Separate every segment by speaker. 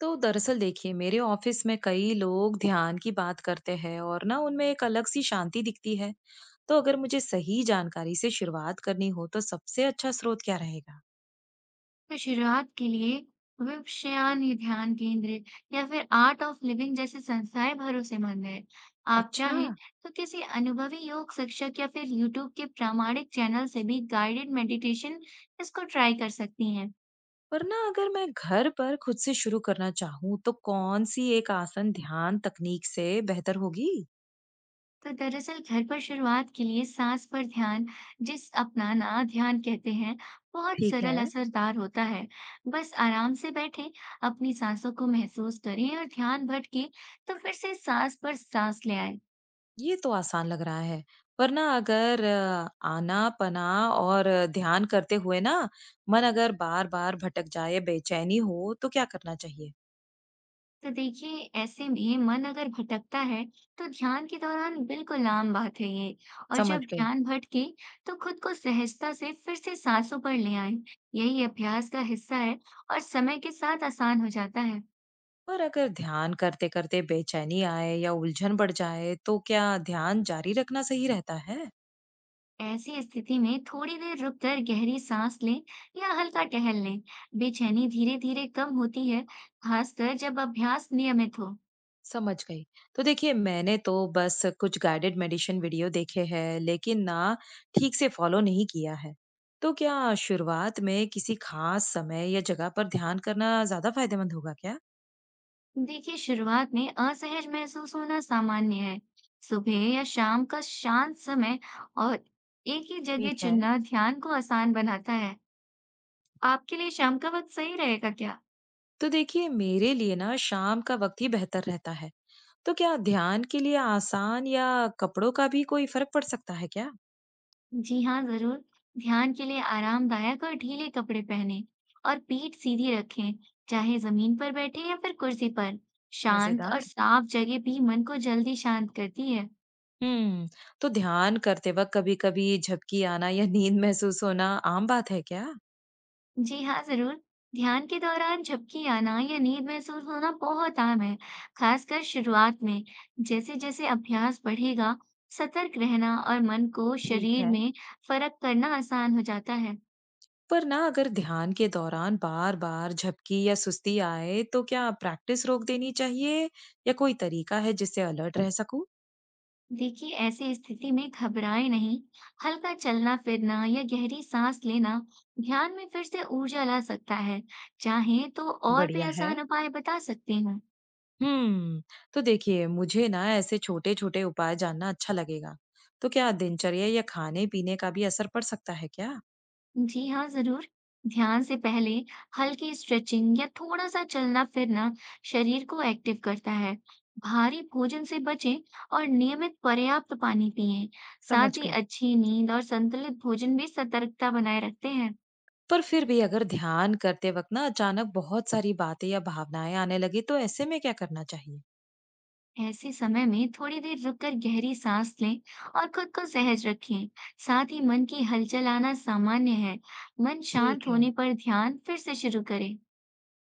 Speaker 1: तो दरअसल देखिए मेरे ऑफिस में कई लोग ध्यान की बात करते हैं और ना उनमें एक अलग सी शांति दिखती है। तो अगर मुझे सही जानकारी से शुरुआत करनी हो तो सबसे अच्छा स्रोत क्या रहेगा?
Speaker 2: तो शुरुआत के लिए विपश्यनी ध्यान केंद्र या फिर आर्ट ऑफ लिविंग जैसी संस्थाएं भरोसेमंद है। आप
Speaker 1: अच्छा।
Speaker 2: चाहें तो किसी अनुभवी योग शिक्षक या फिर यूट्यूब के प्रामाणिक चैनल से भी गाइडेड मेडिटेशन इसको ट्राई कर सकती हैं।
Speaker 1: पर ना अगर मैं घर पर खुद से शुरू करना चाहूँ तो कौन सी एक आसन ध्यान तकनीक से बेहतर होगी?
Speaker 2: तो दरअसल घर पर शुरुआत के लिए सांस पर ध्यान, जिस अपनाना ध्यान कहते हैं, बहुत
Speaker 1: ठीक
Speaker 2: सरल
Speaker 1: है।
Speaker 2: असरदार होता है। बस आराम से बैठे, अपनी सांसों को महसूस करें और ध्यान भटके तो फिर से सांस पर सांस ले आए।
Speaker 1: ये तो आसान लग रहा है। पर ना अगर आना पना और ध्यान करते हुए ना मन अगर बार बार भटक जाए बेचैनी हो तो क्या करना चाहिए?
Speaker 2: तो देखिए, ऐसे में मन अगर भटकता है तो ध्यान के दौरान बिल्कुल आम बात है ये। और
Speaker 1: समझ
Speaker 2: जब
Speaker 1: गई।
Speaker 2: ध्यान भटके तो खुद को सहजता से फिर से सांसों पर ले आए। यही अभ्यास का हिस्सा है और समय के साथ आसान हो जाता है।
Speaker 1: पर अगर ध्यान करते-करते बेचैनी आए या उलझन बढ़ जाए, तो क्या ध्यान जारी रखना सही रहता है?
Speaker 2: ऐसी स्थिति में थोड़ी देर रुककर गहरी सांस लें या हल्का टहल लें। बेचैनी धीरे धीरे कम होती है, खासकर जब अभ्यास नियमित हो।
Speaker 1: समझ गई। तो देखिए, मैंने तो बस कुछ गाइडेड मेडिटेशन वीडियो देखे हैं, लेकिन ना ठीक से फॉलो नहीं किया है। तो क्या शुरुआत में किसी खास समय या जगह पर ध्यान करना ज़्यादा फायदेमंद होगा क्या?
Speaker 2: देखिए, शुरुआत में असहज महसूस होना सामान्य है। सुबह या शाम का शांत समय और एक ही जगह
Speaker 1: ठीक है।
Speaker 2: चुनना ध्यान को आसान बनाता है। आपके लिए शाम का वक्त सही रहेगा क्या?
Speaker 1: तो देखिए, मेरे लिए ना शाम का वक्त ही बेहतर रहता है। तो क्या ध्यान के लिए आसान या कपड़ों का भी कोई फर्क पड़ सकता है क्या?
Speaker 2: जी हाँ, जरूर। ध्यान के लिए आरामदायक और ढीले कपड़े पहनें और पीठ सीधी रखें, चाहे जमीन पर बैठे या फिर कुर्सी पर। शांत और
Speaker 1: मजेदार।
Speaker 2: साफ जगह भी मन को जल्दी शांत करती है।
Speaker 1: हुँ, तो ध्यान करते वक़्त कभी-कभी झपकी आना या नींद महसूस होना आम बात है क्या?
Speaker 2: जी हाँ, ज़रूर। ध्यान के दौरान झपकी आना या नींद महसूस होना बहुत आम है, खासकर शुरुआत में। जैसे-जैसे अभ्यास बढ़ेगा, सतर्क रहना और मन को
Speaker 1: ठीक
Speaker 2: शरीर
Speaker 1: है।
Speaker 2: में फर्क करना आसान हो जाता है।
Speaker 1: पर ना अगर ध्यान के दौरान बार-बार झपकी या सुस्ती आए तो क्या प्रैक्टिस रोक देनी चाहिए या कोई तरीका है जिससे अलर्ट रह सकूं?
Speaker 2: देखिए, ऐसी स्थिति में घबराएं नहीं, हल्का चलना-फिरना या गहरी सांस लेना ध्यान में फिर से ऊर्जा ला सकता है। चाहें तो और भी
Speaker 1: बढ़िया है।
Speaker 2: आसान उपाय बता सकती हूँ।
Speaker 1: हम्म, तो देखिए मुझे ना ऐसे छोटे-छोटे उपाय जानना अच्छा लगेगा। तो क्या दिनचर्या या खाने-पीने का भी असर पड़ सकता है क्या?
Speaker 2: जी हाँ, ज़रूर। ध्यान से पहले हल्की स्ट्रेचिंग या थोड़ा-सा चलना-फिरना शरीर को एक्टिव करता है। भारी भोजन से बचें और नियमित पर्याप्त पानी पिएँ। साथ
Speaker 1: समझ
Speaker 2: ही
Speaker 1: गई।
Speaker 2: अच्छी नींद और संतुलित भोजन भी सतर्कता बनाए रखते हैं।
Speaker 1: पर फिर भी अगर ध्यान करते वक़्त ना अचानक बहुत सारी बातें या भावनाएँ आने लगी तो ऐसे में क्या करना चाहिए?
Speaker 2: ऐसे समय में थोड़ी देर रुककर गहरी साँस लें और खुद को सहज रखें। साथ ही मन की हलचल आना सामान्य है। मन
Speaker 1: ठीक
Speaker 2: शांत
Speaker 1: है।
Speaker 2: होने पर ध्यान फिर से शुरू करें।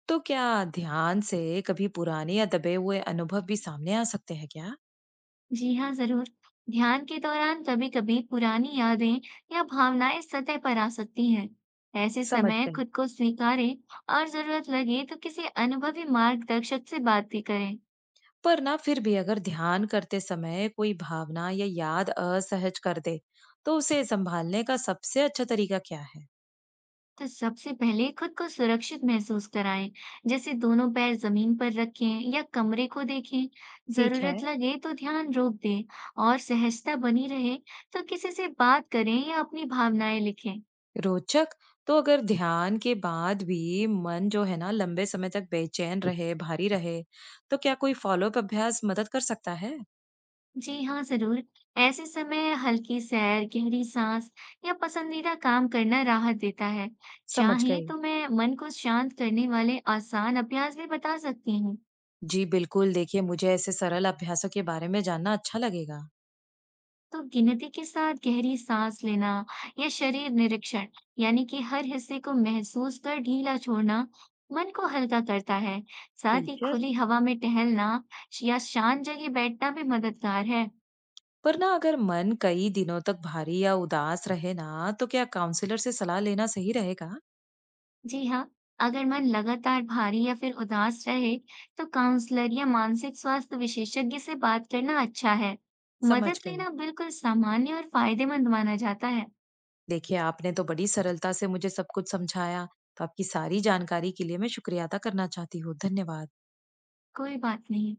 Speaker 1: तो क्या ध्यान से कभी पुराने या दबे हुए अनुभव भी सामने आ सकते हैं क्या?
Speaker 2: जी हाँ, जरूर। ध्यान के दौरान कभी-कभी पुरानी यादें या भावनाएं सतह पर आ सकती हैं। ऐसे
Speaker 1: समझ
Speaker 2: समय
Speaker 1: गई।
Speaker 2: खुद को स्वीकारें और जरूरत लगे तो किसी अनुभवी मार्गदर्शक से बात भी करें।
Speaker 1: पर ना फिर भी अगर ध्यान करते समय कोई भावना या याद असहज कर दे तो उसे संभालने का सबसे अच्छा तरीका क्या है?
Speaker 2: तो सबसे पहले खुद को सुरक्षित महसूस कराएं, जैसे दोनों पैर जमीन पर रखें या कमरे को देखें।
Speaker 1: ठीक है।
Speaker 2: जरूरत लगे तो ध्यान रोक दें और सहजता बनी रहे तो किसी से बात करें या अपनी भावनाएं लिखें।
Speaker 1: रोचक। तो अगर ध्यान के बाद भी मन जो है ना लंबे समय तक बेचैन रहे भारी रहे तो क्या कोई फॉलोअप अभ्यास मदद कर सकता है?
Speaker 2: जी हाँ, जरूर। ऐसे समय हल्की सैर, गहरी सांस या पसंदीदा काम करना राहत देता है।
Speaker 1: समझ
Speaker 2: चाहे
Speaker 1: गई।
Speaker 2: तो मैं मन को शांत करने वाले आसान अभ्यास भी बता सकती हूँ।
Speaker 1: जी बिल्कुल, देखिए मुझे ऐसे सरल अभ्यासों के बारे में जानना अच्छा लगेगा।
Speaker 2: तो गिनती के साथ गहरी सांस लेना या शरीर निरीक्षण, यानी कि हर हिस्से को महसूस कर ढीला छोड़ना, मन को हल्का करता है। साथ ही
Speaker 1: दिलचस्प।
Speaker 2: खुली हवा में टहलना या शांत जगह बैठना भी मददगार है।
Speaker 1: पर ना अगर मन कई दिनों तक भारी या उदास रहे ना तो क्या काउंसलर से सलाह लेना सही रहेगा?
Speaker 2: जी हाँ, अगर मन लगातार भारी या फिर उदास रहे, तो काउंसलर या मानसिक स्वास्थ्य विशेषज्ञ से बात करना अच्छा है। मदद
Speaker 1: समझ गई।
Speaker 2: लेना बिल्कुल सामान्य और फायदेमंद माना जाता है।
Speaker 1: देखिए आपने तो बड़ी सरलता से मुझे सब कुछ समझाया। तो आपकी सारी जानकारी के लिए मैं शुक्रिया अदा करना चाहती हूँ। धन्यवाद।
Speaker 2: कोई बात नहीं।